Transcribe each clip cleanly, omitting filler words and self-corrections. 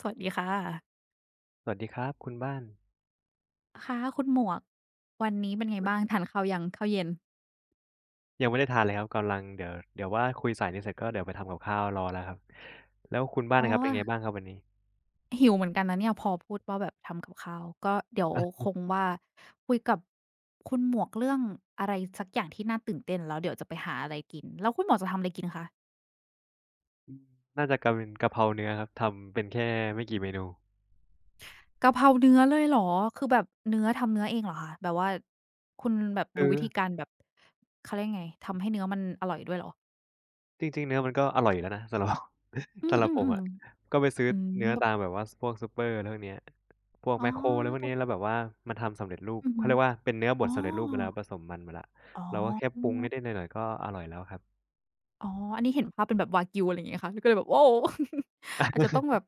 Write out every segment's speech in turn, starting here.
สวัสดีค่ะสวัสดีครับคุณบ้านค่ะคุณหมวก วันนี้เป็นไงบ้างทานข้าวยังข้าวเย็นยังไม่ได้ทานเลยครับกำลังเดี๋ยวว่าคุยสายนี้เสร็จก็เดี๋ยวไปทำกับข้าวรอแล้วครับแล้วคุณบ้านอ๋อน่ะครับเป็นไงบ้างครับวันนี้หิวเหมือนกันนะเนี่ยพอพูดว่าแบบทำกับข้าวก็เดี๋ยวคงว่าคุยกับคุณหมวกเรื่องอะไรสักอย่างที่น่าตื่นเต้นแล้วเดี๋ยวจะไปหาอะไรกิน แล้วคุณหมวกจะทำอะไรกินคะน่าจะกะเป็นกะเพราเนื้อครับทำเป็นแค่ไม่กี่เมนูกะเพราเนื้อเลยเหรอคือแบบเนื้อทำเนื้อเองเหรอคะแบบว่าคุณแบบคืรู้อวิธีการแบบเขาเรียกไงทำให้เนื้อมันอร่อยด้วยเหรอจริงๆเนื้อมันก็อร่อยอยู่แล้วนะสำหรับ อื มสำหรับผมอะๆก็ไปซื้ๆออืมเนื้อแบบตามแบบว่าสพวกซูเปอร์อะไรพวกเนี้ยพวกอ๋แมอคโครอะไรพวกตรนี้งแล้วแบบว่ามันทำสำเร็จรูปอือเขาฮึเรียกว่าเป็นเนื้อบอ๋ดอสำเร็จรูปมาแล้วผสมมันมาแล้วอ๋เราก็แค่ปรุอ งนิดๆหน่อยๆก็อร่อยแล้วครับอ๋ออันนี้เห็นภาพเป็นแบบวากิวอะไรอย่างงี้ค่ะก็เลยแบบโอ้ อาจจะต้องแบบ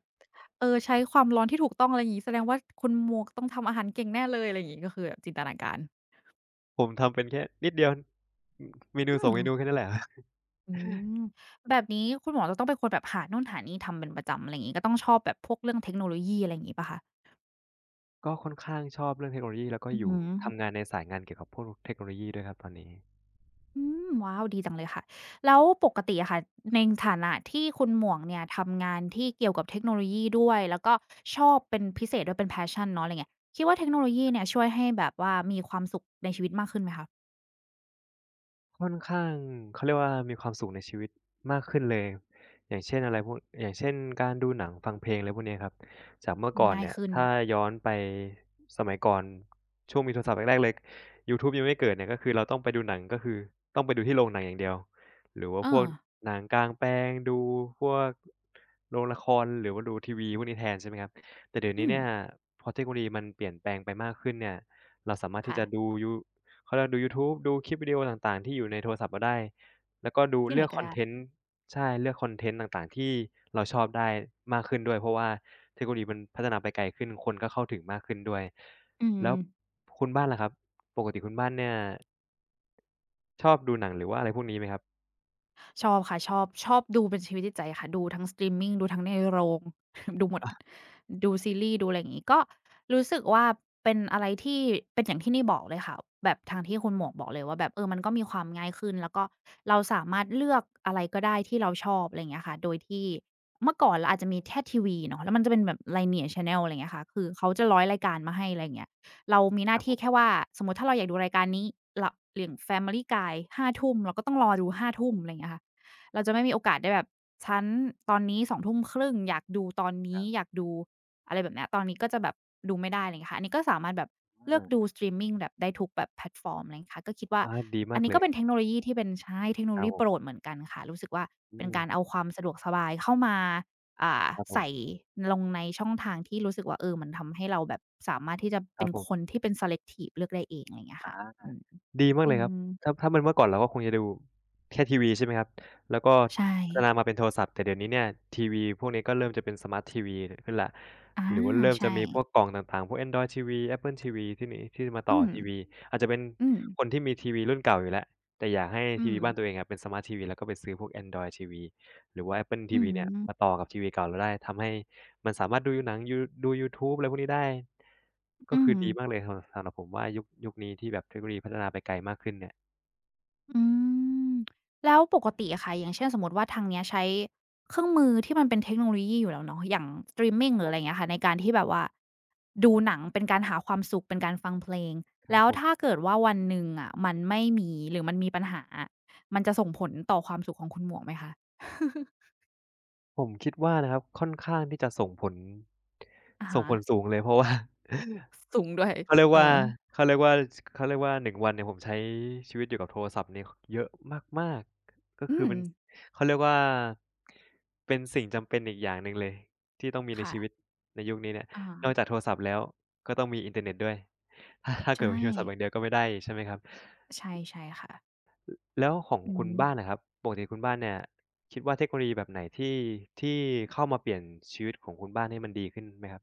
เออใช้ความร้อนที่ถูกต้องอะไรอย่างงี้แสดงว่าคุณหมวกต้องทำอาหารเก่งแน่เลยอะไรอย่างงี้ก็คือแบบจินตนาการผมทำเป็นแค่นิดเดียวอืมเมนูอืสอมงเมนูแค่นั้นแหละ อืมแบบนี้คุณหมอกจะต้องเป็นคนแบบหาโน่นหานี่ทำเป็นประจำอะไรอย่างงี้ก็ต้องชอบแบบพวกเรื่องเทคโนโลยีอะไรอย่างงี้เปล่าคะก็ค่อนข้างชอบเรื่องเทคโนโลยีแล้วก็อืออยู่หือ ทำงานในสายงานเกี่ยวกับพวกเทคโนโลยีด้วยครับตอนนี้ อืมว้าวดีจังเลยค่ะแล้วปกติอะค่ะในฐานะที่คุณหมวกเนี่ยทำงานที่เกี่ยวกับเทคโนโลยีด้วยแล้วก็ชอบเป็นพิเศษด้วยเป็น passion เนาะอะไรเงี้ยคิดว่าเทคโนโลยีเนี่ยช่วยให้แบบว่ามีความสุขในชีวิตมากขึ้นไหมคะค่อนข้างเขาเรียกว่ามีความสุขในชีวิตมากขึ้นเลยอย่างเช่นอะไรพวกอย่างเช่นการดูหนังฟังเพลงอะไรพวกเนี้ยครับจากเมื่อก่อนง่ายเนี่ยขึ้นถ้าย้อนไปสมัยก่อนช่วงมีโทรศัพท์แรกๆเลยยูทูบยังไม่เกิดเนี่ยก็คือเราต้องไปดูหนังก็คือต้องไปดูที่โรงหนังอย่างเดียวหรือว่าเอพวกอหนังกลางแปลงดูพวกโรงละครหรือว่าดูทีวีพวกนี้แทนใช่ไหมครับแต่เดี๋ยวอืนี้มเนี่ยพอเทคโนโลยีมันเปลี่ยนแปลงไปมากขึ้นเนี่ยเราสามารถที่ค่ะจะดูยู เขาเรียกว่าดูยูทูบดูคลิปวิดีโอต่างๆที่อยู่ในโทรศัพท์เราได้แล้วก็ดูที่ไหเลืนอกก็คอนได้เทนต์ใช่เลือกคอนเทนต์ต่างๆที่เราชอบได้มากขึ้นด้วยเพราะว่าเทคโนโลยีมันพัฒนาไปไกลขึ้นคนก็เข้าถึงมากขึ้นด้วยอืม แล้วคุณบ้านล่ะครับปกติคุณบ้านเนี่ยชอบดูหนังหรือว่าอะไรพวกนี้ไหมครับชอบค่ะชอบชอบดูเป็นชีวิตจิตใจค่ะดูทั้งสตรีมมิงดูทั้งในโรง ดูหมดอาดูซีรีส์ดูอะไรอย่างงี้ก็รู้สึกว่าเป็นอะไรที่เป็นอย่างที่นี่บอกเลยค่ะแบบทางที่คุณหมวกบอกเลยว่าแบบเออมันก็มีความง่ายขึ้นแล้วก็เราสามารถเลือกอะไรก็ได้ที่เราชอบอะไรอย่างเงี้ยค่ะโดยที่เมื่อก่อนเราอาจจะมีแค่ทีวีเนาะแล้วมันจะเป็นแบบ Linear Channel อะไรอย่างเงี้ยค่ะคือเขาจะร้อยรายการมาให้อะไรอย่างเงี้ย เรามีหคน้ารับผที่แค่มว่าสมมุติถ้าเราอยากดูรายการนี้เราอย่าง Family Guy ห้าทุ่มเราก็ต้องรอดูห้าทุ่มอืมอะไรอย่างเงี้ยค่ะเราจะไม่มีโอกาสได้แบบฉันตอนนี้สองทุ่มครึ่งอยากดูตอนครันี้อยาบกดูอะไรแบบเนี้ยตอนนี้ก็จะแบบดูไม่ได้อะไรอย่างเงี้ยค่ะอันนี้ก็สามารถแบบเลือกอาดูสตรีมมิงแบบได้ทุกแบบแพลตฟอร์มอะไรอย่างเงี้ยค่ะก็คิดว่าอาดีอัมานกนี้เลก็ยเป็นเทคโนโลยีที่เป็นใช่เทคโนคโลรับยีผโปรดมเหมือนกันค่ะรู้สึกว่าอืเป็นมการเอาความสะดวกสบายเข้ามา อ่าครับผใส่มลงในช่องทางที่รู้สึกว่าเออมันทำให้เราแบบสามารถที่จะครัเป็บนผคนมที่เป็น selective เลือกได้เองอะไรอย่างเงี้ยอา ค่ะอืมดีมากเลอืยครับ มถ้าถ้ามันเมื่อก่อนเราก็คงจะดูแค่ทีวีใช่ไหมครับ แล้วก็ใช่พัฒนามาเป็นโทรศัพท์แต่เดี๋ยวนี้เนี่ยทีวีพวกนี้ก็เริ่มจะเป็นสมาร์ตทีวีขึ้นแล้วอาหรือว่าเริ่มจะใช่มีพวกกล่องต่างๆ พวก Android ทีวี Apple ทีวีที่นี้ที่มาอืต่อมทีวีอาจจะเป็นอืมคนที่มีทีวีรุ่นเก่าอยู่แล้วแต่อยากให้อืทีมวีบ้านตัวเองอะเป็นสมาร์ตทีวีแล้วก็ไปซื้อพวก Android ทีวีหรือว่า Apple ทีอืวีเนี่ยมามต่อกับทีวีเก่าเราได้ทำให้ มันสามารถดูหนังยูดูยูทูบอะไรพวกนี้ได้ก็อืคือม ดีมากเลยสำหรับสำหรับผมว่ายุคนี้ที่แบบเทคโนโลยีพัฒนาไปไกลมากขึ้นเนี่ยอืมแล้วปกติอะค่ะอย่างเช่นสมมติว่าทางเนี้ยใช้เครื่องมือที่มันเป็นเทคโนโลยีอยู่แล้วเนาะอย่างสตรีมมิคงรับหรืผออะมไรอย่างเงี้ยค่ะในการที่แบบว่าดูหนังเป็นการหาความสุขเป็นการฟังเพลงครับแล้วผถ้าม เกิดว่าวันหนึ่งอะมันไม่มีหรือมันมีปัญหาอะมันจะส่งผลต่อความสุขของคุณหมวกไหมคะ ผมคิดว่านะครับค่อนข้างที่จะส่งผลอะฮะสูงเลยเพราะว่า สูงด้วยเขาเรียกเออว่าเขาเรียกว่าชเขาเรียกว่า1 วันเนี่ยผมใช้ชีวิตอยู่กับโทรศัพท์เนี่ยคเยอะมากๆก็อืคือมเป็นเขาเรียกว่าเป็นสิ่งจำเป็นอีกอย่างหนึ่งเลยที่ต้องมีในค่ะชีวิตในยุคนี้เนี่ยอะฮะนอกจากโทรศัพท์แล้วก็ต้องมีอินเทอร์เน็ตด้วยถ้าถ้าเกิดใช่มีโทรศัพท์อย่างเดียวก็ไม่ได้อีกใช่ไหมครับ ใช่ค่ะแล้วของอืคุณม บ้านนะครับปกติคุณบ้านเนี่ยคิดว่าเทคโนโลยีแบบไหนที่ที่เข้ามาเปลี่ยนชีวิตของคุณบ้านให้มันดีขึ้นไหมครับ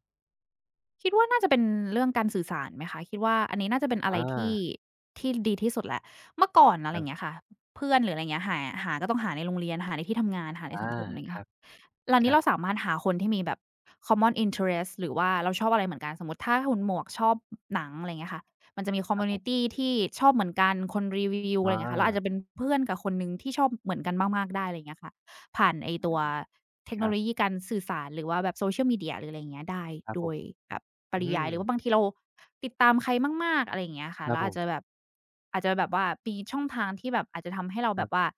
คิดว่าน่าจะเป็นเรื่องการสื่อสารไหมคะคิดว่าอันนี้น่าจะเป็นอะไรอาที่ดีที่สุดแหละเมื่อก่อนอะคไรรัอย่างเงี้บยค่ะเพื่อนหรืออะไรอย่างเงี้ยหาก็ต้องหาในโรงเรียนหาในที่ทำงานหาในอาสังคมอะไรอย่างคเงี้ยรับค่ะตอนคนี้รับเราสามารถหาคนที่มีแบบ common interest หรือว่าเราชอบอะไรเหมือนกันสมมุติถ้าคุณหมวกชอบอืมหนังอะไรอย่างเงี้ยค่ะมันจะมีคอคมรับมิวผนิมตีที่ชอบเหมือนกันคนรีวิวออะไรอย่างเงี้ยค่ะเราอาจจะาเป็นเพื่อนกับคนหนึ่งที่ชอบเหมือนกันมากๆได้อะไรอย่างเงี้ยค่ะ ผ่านไอ้ตัวเทคคโนรัโลบยีการสื่อสารหรือว่าแบบ Social Media หรืออะไรอย่างเงี้ยได้ครับโดผมยแบบปอืริยามยหรือว่าบางทีเราติดตามใครมาก ๆอะไรอย่างเงี้ยคค่ะรับเราผอาจจะแบมบอาจจะแบบว่ามีช่องทางที่แบบอาจจะทำให้เราคแบรับว่าบ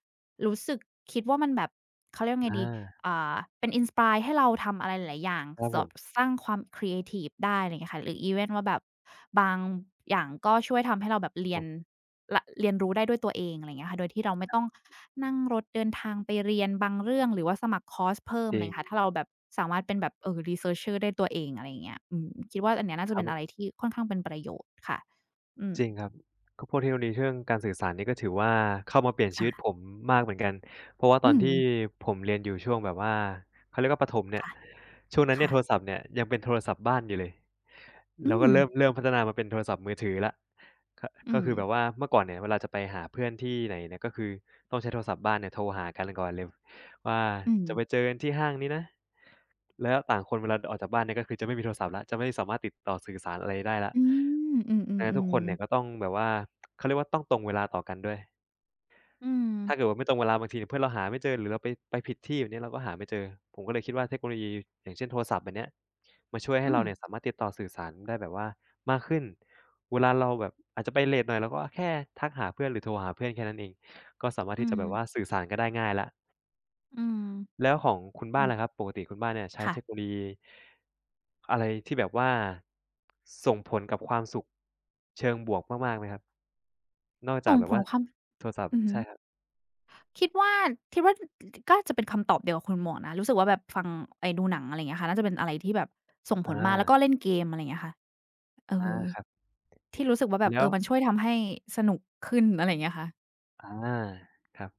รู้สึกคิดว่ามันแบบเขาเรียกว่าไงอาดีอ่าเป็น inspire ให้เราทำอะไรหลายๆอย่างครับสผมสร้างความครีเอทิฟได้อะไรอย่างเงี้ยค่ะหรืออีเวนต์ว่าแบบบางอย่างก็ช่วยทำให้เราแบบครับผมรเรียนรู้ได้ด้วยตัวเองอะไรอย่างเงี้ยค่ะโดยที่เราไม่ต้อง นั่งรถเดินทางไปเรียนบางเรื่องหรือว่าสมัครคอร์สเพิ่จมริน่างงเงี้ยค่ะถ้าเราแบบสามารถเป็นแบบresearcher ได้ตัวเองอะไรอย่างเงี้ยอืมคิดว่าอันเนี้ยน่าคจะเป็นอะไรรับ ที่ค่อนข้างเป็นประโยชน์ค่ะอืมจริงครับก็พวกเทคโนโลยีเรื่องการสื่อสารนี่ก็ถือว่าเข้ามาเปลี่ยนชีวิตผค่ะมมากเหมือนกันเพราะว่าตอือนมที่ผมเรียนอยู่ช่วงแบบว่าเขาเรียกว่าประถมเนี่ยค่ะช่วงนั้นเนี่ยค่ะโทรศัพท์เนี่ยยังเป็นโทรศัพท์บ้านอยู่เลยอืแล้วก็มเริ่มพัฒนามาเป็นโทรศัพท์มือถือแล้วก็อืก็มคือแบบว่าเมื่อก่อนเนี่ยเวลาจะไปหาเพื่อนที่ไหนเนี่ยก็คือต้องใช้โทรศัพท์บ้านเนี่ยโทรหากันก่อนเลย ว่าอืมจะไปเจอกันที่ห้างนี้นะแล้วต่างคนเวลาออกจากบ้านเนี่ยก็คือจะไม่มีโทรศัพท์แล้วจะไม่สามารถติดต่อสื่อสารอะไรได้แล้วอืมอืดังนั้นทุกคมนเนี่ยๆก็ๆต้องแบบว่าเขาเรียกว่าต้องตรงเวลาต่อกันด้วย อืมถ้าเกิดว่าไม่ตรงเวลาบางทีเพื่อนเราหาไม่เจอหรือเราไปผิดที่แบบนี้เราก็หาไม่เจอผมก็เลยคิดว่าเทคโนโลยีอย่างเช่นโทรศัพท์แบบเนี้ยมันช่วยให้อืเรามเนี่ยสามารถติดต่อสื่อสารได้แบบว่ามากขึ้นเวลาเราแบบอาจจะไปเลตหน่อยเราก็แค่ทักหาเพื่อนหรือโทรหาเพื่อนแค่นั้นเองก็สามารถอืที่จะมแบบว่าสื่อสารกันได้ง่ายแล้ว อืมแล้วของคุณอืบ้านมล่ะครับปกติคุณบ้านเนี่ยใช้เทคโนค่ะโลยีอะไรที่แบบว่าส่งผลกับความสุขเชิงบวกมากๆไหมครับนอกจากส่งแบบผลว่าความโทรศัพท์อือฮึ ใช่ครับคิดว่าคิดว่าก็จะเป็นคำตอบเดียวกับคุณหมวกนะรู้สึกว่าแบบฟังไอ้ดูหนังอะไรอย่างเงี้ยค่ะน่าจะเป็นอะไรที่แบบส่งผอาลมากแล้วก็เล่นเกมอะไรอย่างเงี้ยค่ะเอออาครับที่รู้สึกว่าแบบแล้เอวอมันช่วยทำให้สนุกขึ้นอะไรอย่างเงี้ยค่ะอาครับ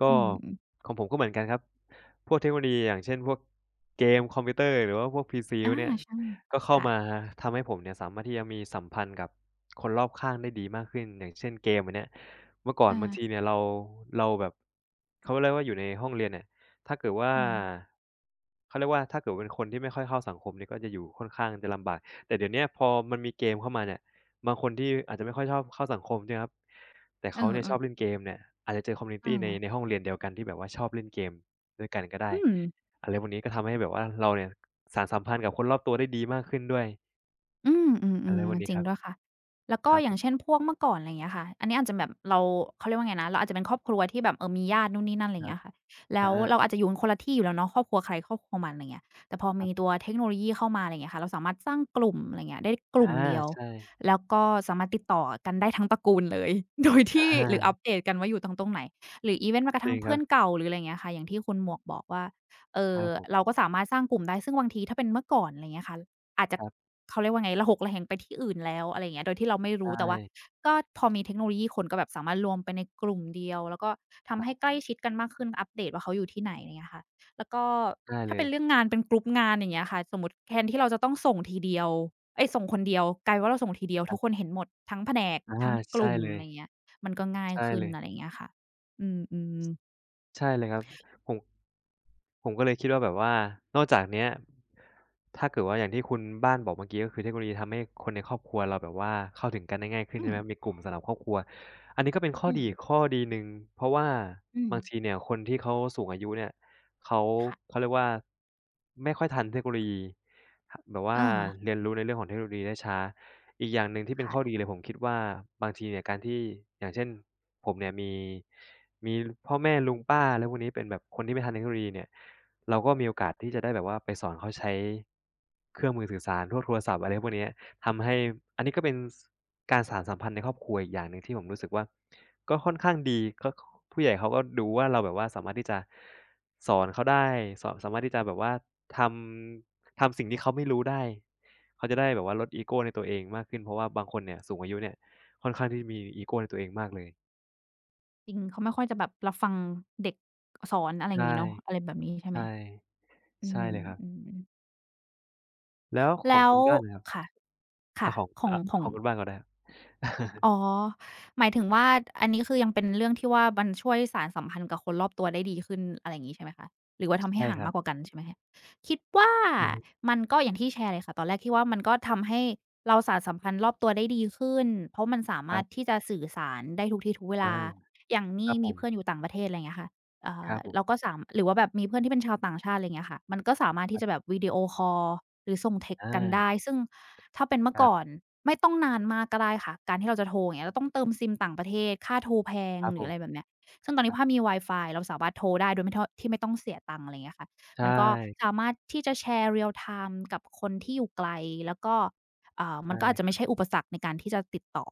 ก็อืมของผมก็เหมือนกันครับ พวกเทคโนโลยีอย่างเช่นพวกเกมคอมพิวเตอร์หรือว่าพวกพีซีพอาวกเนี้ยใช่ก็เข้าค่ะมาทำให้ผมเนี่ยสามารถที่จะมีสัมพันธ์กับคนรอบข้างได้ดีมากขึ้นอย่างเช่นเกมอันเนี้ยเมื่อก่อนอาบางทีเนี่ยเราแบบเขาเรียกว่าอยู่ในห้องเรียนเนี่ยถ้าเกิดว่าเขาเรียกว่าถ้าเกิดเป็นคนที่ไม่ค่อยเข้าสังคมเนี่ยก็จะอยู่ค่อนข้างจะลำบากแต่เดี๋ยวเนี้ยพอมันมีเกมเข้ามาเนี่ย บางคนที่อาจจะไม่ค่อยชอบเข้าสังคมใช่ไหมครับแต่ๆเอเขาเนี่ยอชอบๆเล่นเกมเนี่ยอาจจะเจอคอมมิวนิเอตีในอห้องเรียนเดียวกันที่แบบว่าชอบเล่นเกมด้วยกันก็ได้อืม อะไรพวกนี้ก็ทำให้แบบว่าเราเนี่ยสานสัมพันธ์กับคนรอบตัวได้ดีมากขึ้นด้วยอืมอือะไรมพวๆกนี้จคริงรับด้วยค่ะแล้วคก็รับอผย่างเช่มนพวกเมื่อก่อนอะไรอย่างเงี้ยค่ะอันนี้อาจจะแบบเราเขาเรียกว่าไงนะเราอาจจะเป็นครอบครัวที่แบบเออมีญาตินู่นนี่นั่นอะไรคอย่างรับเงี้ยค่ะแล้อาวเราคอาจจะอรยู่กันคนละที่อยู่แล้วเนาะครอบครัวใครครอบครัวมันอะไรอย่างเงี้ยแต่พอมีับตัวเทคโนโลยีเข้ามาอะไรอย่างเงี้ยค่ะเราสามารถสร้างกลุ่มอะไรอย่างเงี้ยได้กอาลุ่มเดียวใช่แล้วก็สามารถติดต่อกันได้ทั้งตระกูลเลย โดยอที่หรืออัปาเดตกันว่าอยู่ตรงไหนหรืออีเวนต์แม้กระจทั่ริงงครัเพื่อนบเก่าหรืออะไรอย่างเงี้ยค่ะอย่างที่คุณหมวกบอกว่าเอ่คอรับผเรามก็สามารถสร้างกลุ่มได้ซึ่งบางทีถ้าเป็นเมื่อก่อนอะไรอย่างเงี้ยค่ะอาจจะ ครับเขาเรียกว่าไงระหกระแหงไปที่อื่นแล้วอะไรอย่างเงี้ยโดยที่เราไม่ใชรู้แต่ว่า่ก็พอมีเทคโนโลยีคนก็แบบสามารถรวมไปในกลุ่มเดียวแล้วก็คทำรัให้ใกล้บชิดกันมากขึ้นอัปเดตว่าเขาอยู่ที่ไหนอะไรอย่างเงี้ยค่ะแล้วก็ได้เลถ้าเป็ยนเรื่องงานเป็นก r ุ u p งานอย่างเงี้ยค่ะสมมุติแทนที่เราจะต้องส่งทีเดียวเอ๊ยส่งคนเดียวกลายเป็นว่าเราส่งทีเดียวครัทุกคบนเห็นหมดทั้งแผนกอาทั้งกใช่ลุ่มเลอะยไรอย่างเงี้ยมันก็ง่ายใช่ขึ้เลนยอะไรอย่างเงี้ยค่ะอืมๆใช่เลยครับผม ผมก็เลยคิดว่าแบบว่านอกจากเนี้ยถ้าเกิดว่าอย่างที่คุณบ้านบอกเมื่อกี้ก็คือเทคโนโลยีทำให้คนในครอบครัวเราแบบว่าเข้าถึงกันได้ง่ายขึ้นอืใช่ไหมมมีกลุ่มสำหรับครอบครัวอันนี้ก็เป็นข้ออืดีมอีกข้อดีหนึ่งเพราะว่าอืมบางทีเนี่ยคนที่เขาสูงอายุเนี่ยเขาค่ะเขาเรียกว่าไม่ค่อยทันเทคโนโลยีหแบบเอว่าอเรียนรู้ในเรื่องของเทคโนโลยีได้ช้าอีกอย่างหนึ่งที่เป็นข้อดีค่ะ เลยผมคิดว่าบางทีเนี่ยการที่อย่างเช่นผมเนี่ยมีพ่อแม่ลุงป้าอะไรพวกนี้เป็นแบบคนที่ไม่ทันเทคโนโลยีเนี่ยเราก็มีโอกาสที่จะได้แบบว่าไปสอนเขาใช้เครื่องมือสื่อสารพวกโทรศัพท์อะไรพวกเนี้ยทำให้อันนี้ก็เป็นสการสานสัมพันธ์ในครอบครัวอีกอย่างหนึ่งที่ผมรู้สึกว่าก็ค่อนข้างดีก็คผู้ใหญ่เขาก็ดูว่าเราแบบว่าสามารถที่จะสอนเขาได้สอนสามารถที่จะแบบว่าททำสิ่งที่เขาไม่รู้ได้เขาจะได้แบบว่าลดอีโกในตัวเองมากขึ้นเพราะว่าบางคนเนี่ยสูงอายุเนี่ยค่อนข้างที่จะมีอีโกในตัวเองมากเลยจริงเขาไม่ค่อยจะแบบรับฟังเด็กสอนอะไรใช่งี้เนาะอะไรแบบนี้ใช่ไหมใช่ อืใช่เลยครับมๆแล้วของแล้คุวณบ้านนะครับค่ะค่ะของขอขง องคุณบ้านก่อนได้ครับ อ๋อหมายถึงว่าอันนี้คือยังเป็นเรื่องที่ว่ามันช่วยสานสัมพันธ์กับคนรอบตัวได้ดีขึ้นอะไรอย่างงี้ใช่ไหมคะหรือว่าทำให้ใช่ห่างครับมากกว่ากันใช่ไหมคะคิดว่าอือฮึมันก็อย่างที่แชร์เลยค่ะตอนแรกที่ว่ามันก็ทำให้เราสานสัมพันธ์รอบตัวได้ดีขึ้นเพราะมันสาคมารัรถบที่จะสื่อสารได้ทุกที่ทุกเวอาลาอย่างคนี่รับผมีมเพื่อนอยู่ต่างประเทศอะไรอย่างเงี้ยค่ะครับผมเราก็สามหรือว่าแบบมีเพื่อนที่เป็นชาวต่างชาติอะไรอย่างเงี้ยค่ะมันก็สามารถคที่จะแบรับบวิดีโอคอลหรือส่ง text อากันได้ซึ่ง ถ้าเป็นเมื่คอรัก่อนบไม่ต้องนานมากก็ได้ค่ะการที่เราจะโทรอย่างเงี้ยเราต้องเติมซิมต่างประเทศค่าโทรแพงครับหผรือมอะไรแบบเนี้ยซึ่งตอนคนี้รับถ้ามีวายฟายเราสามารถโทรได้โดยไม่ทอที่ไม่ต้องเสียตังค์อะไรเงี้ยค่ะใช่มันก็สามารถที่จะแชร์ real time กับคนที่อยู่ไกลแล้วก็อ่ามัใช่นก็อาจจะครัไม่ใช่บอุปสรรคในการที่จะติดต่อ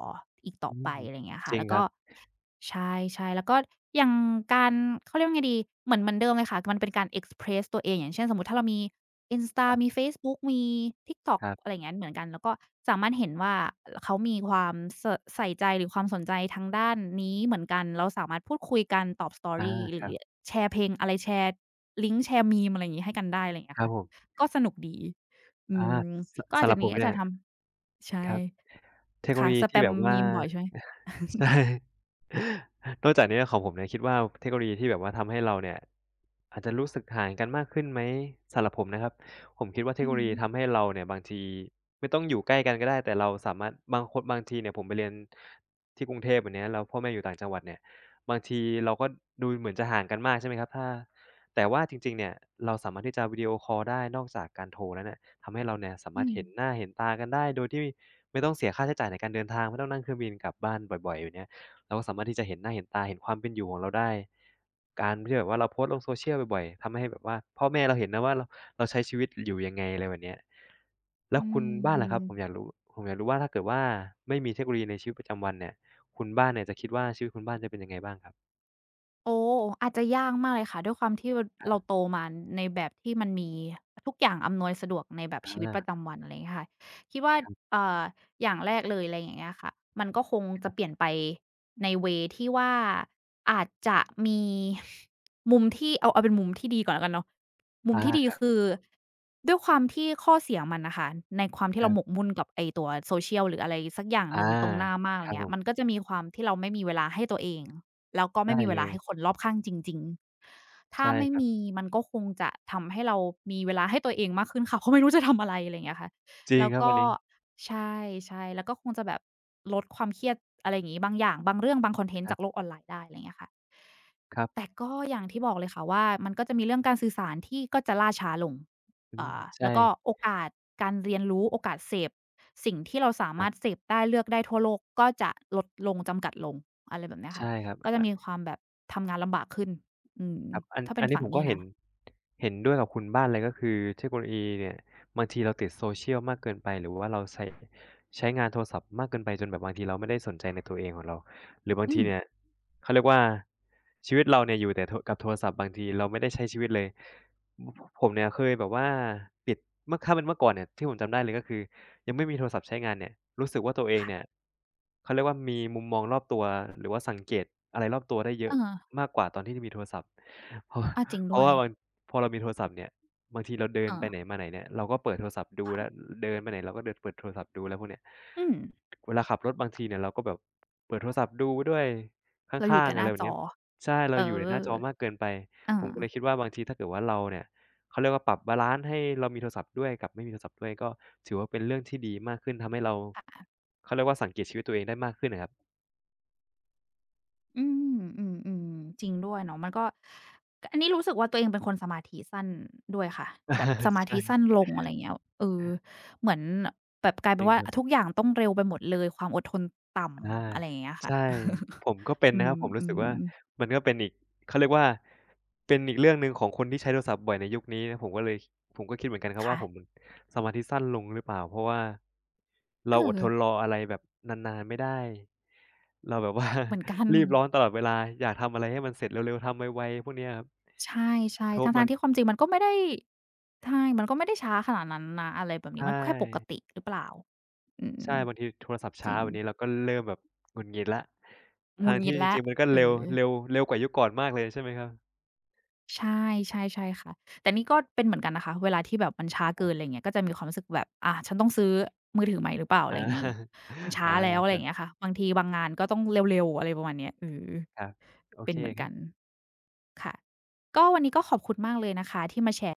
อีกต่ออืมไปอะไรเงี้ยจค่ะริงแล้วครัก็ บใช่ๆแล้วก็อย่างการเขาเรียกว่าไงดีเหมือนเดิมเลยค่ะมันเป็นการเอ็กซ์เพรสตัวเองอย่างเช่นสมมุติถ้าเรามี Insta ครัมีบเฟซบุ๊กมี TikTok ครัอะบไรอย่างเงี้ยเหมือนกันแล้วก็สามารถเห็นว่าเขามีความสใส่ใจหรือความสนใจทางด้านนี้เหมือนกันเราสามารถพูดคุยกันตอบ อา Story หครืรัอบแชร์เพลงอะไรแชร์ลิงก์แชร์ meme อะไรอย่างงี้ให้กันได้อะไรอย่างเงี้คยรับค่ะผมก็สนุกดีอือามสก็อาจสำหจะรับผนี้มอาจเนี่ยจะทำคใช่รับ เทคโนโลค่ะยีสแปที่แบม บว่า meme บ่อยใช่ไหม ใช่นอกจากนี้ของผมเนี่ยคิดว่าเทคโนโลยีที่แบบว่าทำให้เราเนี่ยอาจจะรู้สึกห่างกันมากขึ้นไหมสำหรับผมนะครับผมคิดว่าเทคอืโนอโลฮึยีทำให้เราเนี่ยบางทีไม่ต้องอยู่ใกล้กันก็ได้แต่เราสามารถบางคนบางทีเนี่ยผมไปเรียนที่กรุงเทพแบบเนี้ยแล้วพ่อแม่อยู่ต่างจังหวัดเนี่ยบางทีเราก็ดูเหมือนจะห่างกันมากใช่ไหมครับถ้าแต่ว่าจริงๆเนี่ยเราสามารถที่จะวิดีโอคอลได้นอกจากการโทรแล้วเนี่ยทำให้เราเนี่ยสามารอืถม เห็นหน้าเห็นตากันได้โดยที่ ไม่ต้องเสียค่าใช้จ่ายในการเดินทางไม่ต้องนั่งเครื่องบินกลับบ้านบ่อยๆอยู่เนี้ยเราก็สามารถที่จะเห็นหน้าเห็นตาเห็นความเป็นอยู่ของเราได้การที่แบบว่าเราโพสต์ลง social บ่อยๆทำให้แบบว่าพ่อแม่เราเห็นนะว่าเราใช้ชีวิตอยู่ยังไงอะไรแบบเนี้ยแล้วอืคุณบ้านล่ะครับผมอยากมรู้ผมอยากรู้ว่าถ้าเกิดว่าไม่มีเทคโนโลยีในชีวิตประจำวันเนี่ยคุณบ้านเนี่ยจะคิดว่าชีวิตคุณบ้านจะเป็นยังไงบ้างครับโอ้อาจจะยากมากเลยค่ะด้วยความที่ครัเราบโตมาในแบบที่มันมีทุกอย่างอำนวยสะดวกในแบบอชีวิตปาระจำวันอะไรอย่างเงี้ยค่ะคิดว่าคเอ่ออย่างแรกเลยอะไรอย่างเงี้ยค่ะมันก็คงจะรับเปลี่ยนไปในเวย์ที่ว่าอาจจะมีมุมที่เอาเป็นมุมที่ดีก่อนแล้วกันเนาะๆมุอามที่ดีคคือด้วยความที่ข้อเสียมันน่ะค่ะในความที่รเราหมกับมุ่นกับไอ้ตัว social หรืออะไรสักอย่างๆหอานึ่งตรงหน้ามากอะคไรรับผเงี้ยมันมก็จะมีความที่เราไม่มีเวลาให้ตัวเอง แล้วก็ได้ไม่มีเวเลลายให้คนรอบข้างจริงๆ ถ้าใช่ไม่ครัมีบมันก็คงจะทำให้เรามีเวลาให้ตัวเองมากขึ้น ค่ะเพราะไม่รู้จะทำอะไรอะไรอย่างเงี้ยค่ะจริงแล้วครับก็อันนี้ใช่ๆแล้วก็คงจะแบบลดความเครียดอะไรอย่างงี้บางอย่างบางเรื่องบางคอนเทนคต์รัจากโลบกออนไลน์ได้อะไรอย่างเงี้ยค่ะครัแต่บก็อย่างที่บอกเลยค่ะว่ามันก็จะมีเรื่องการสื่อสารที่ก็จะล่าช้าลงอืมอ่าใช่แล้วก็โอกาสการเรียนรู้โอกาสเสพสิ่งที่เราสาครัมารถบ เสพได้เลือกได้ทั่วโลกก็จะลดลงจำกัดลงอะไรแบบเนี้ยใช่ค่ะครับก็อ จะมีความแบบทำงานลำบากขึ้น อืมครับอันถ้าเป็อันนนี้ฝั่ผงมก็นี้เห็นะนเห็นด้วยกับคุณบ้านเลยก็คือเทคโนโลยีเนี่ยบางทีเราติด social มากเกินไปหรือว่าเราใช้งานโทรศัพท์มากเกินไปจนแบบบางทีเราไม่ได้สนใจในตัวเองของเราหรือบางอืทีมเนี่ยเขาเรียกว่าชีวิตเราเนี่ยอยู่แต่โทกับโทรศัพท์บางทีเราไม่ได้ใช้ชีวิตเลยอผมเนี่ยเคยแบบว่าปิดเมื่อถ้าเป็นเมื่อก่อนเนี่ยที่ผมจำได้เลยก็คือยังไม่มีโทรศัพท์ใช้งานเนี่ยรู้สึกว่าตัวเองเนี่ยค่ะเขาเรียกว่ามีมุมมองรอบตัวหรือว่าสังเกตอะไรรอบตัวได้เยเออะอมากกว่าตอนที่มีโทรศัพท์ เพราะ อ้อจริง เพด้ราะวยว่าบางพอเรามีโทรศัพท์เนี่ยบางทีเราเดิเอนไปอไหนมาไหนเนี่ยเราก็เปิดโทรศัพท์ดูแล้วค่ะเดินไปไหนเราก็เดินเปิดโทรศัพท์ดูแล้วพวกเนี้ยอืมเวลาขับรถบางทีเนี่ยเราก็แบบเปิดโทรศัพท์ดูไปด้วยขเราอยู่้างแต่ๆหอะไรน้าแบบจเนี้อยใช่เราเออยู่ในหน้าจออมากเกินไปอาผมก็เลยคิดว่าบางทีถ้าเกิดว่าเราเนี่ยเขาเรียกว่าปรับบาลันซ์ให้เรามีโทรศัพท์ด้วยกับไม่มีโทรศัพท์ด้วยก็ถือว่าเป็นเรื่องที่ดีมากขึ้นทำให้เราเขาเรียกว่าสังเกตชีวิตตัวเองได้มากขึ้นอะครับ อืมอืมๆจริงด้วยเนาะมันก็กอันนี้รู้สึกว่าตัวเองเป็นคนสมาธิสั้นด้วยค่ะแบ อาบสมาใช่ธิสั้นลงอะไรอย่างเงี้ยเออเหมือนแบบกลายจเป็รินงว่าครับ ทุกอย่างต้องเร็วไปหมดเลยความอดทนต่อาำอะไรอย่างเงี้ยค่ะ ใช่ผมก็เป็น อืนะครับผมรู้สึกว่ามๆมันก็เป็นอีกเขาเรียกว่าเป็นอีกเรื่องหนึ่งของคนที่ใช้โทรศัพท์บ่อยในยุคนี้นะผมก็เลยผมก็คิดเหมือนกันครับว่าค่ะผมสมาธิสั้นลงหรือเปล่าเพราะว่าเอเราอดอทนรออะไรแบบนานๆไม่ได้เราแบบว่า เหมือนกัน รีบร้อนตลอดเวลาอยากทำอะไรให้มันเสร็จเร็วๆทำไวๆพวกเนี้ยครับใช่โทรๆมัทั้นงๆที่ความจริงมันก็ไม่ได้ ใช่มันก็ไม่ได้ช้าขนาดนั้นนะอะไรแบบใชนี้มันก็แค่ปก่ติหรือเปล่าอืใช่มบางทีโทรศัพท์จช้าริงแบบนี้เราก็เริ่มแบบหงุดหงิดแล้วหทั้งุงดหงิที่ดจแล้วริงๆมันก็เอเร็วอเร็วเร็วกว่ายุคก่อนมากเลยใช่ไหมครับ ใช่ใช่ใช่ค่ะแต่นี่ก็เป็นเหมือนกันนะคะเวลาที่แบบมันช้าครัเกิบนอะไรอย่างเงี้ยก็จะมีความรู้สึกแบบอาฉันต้องซื้อมือถือใหม่หรือเปล่าอะอา ไรอย่างงี้มันช้าแล้วอะ ไรอาอย่างเงี้ยค่ะบางทีบางงานก็ต้องเร็วๆอะไรประมาณเนี้ยเออครับโอเป็เคนเหมือนครักันบค่ะก็วันนี้ก็ขอบคุณมากเลยนะคะที่มาแชร์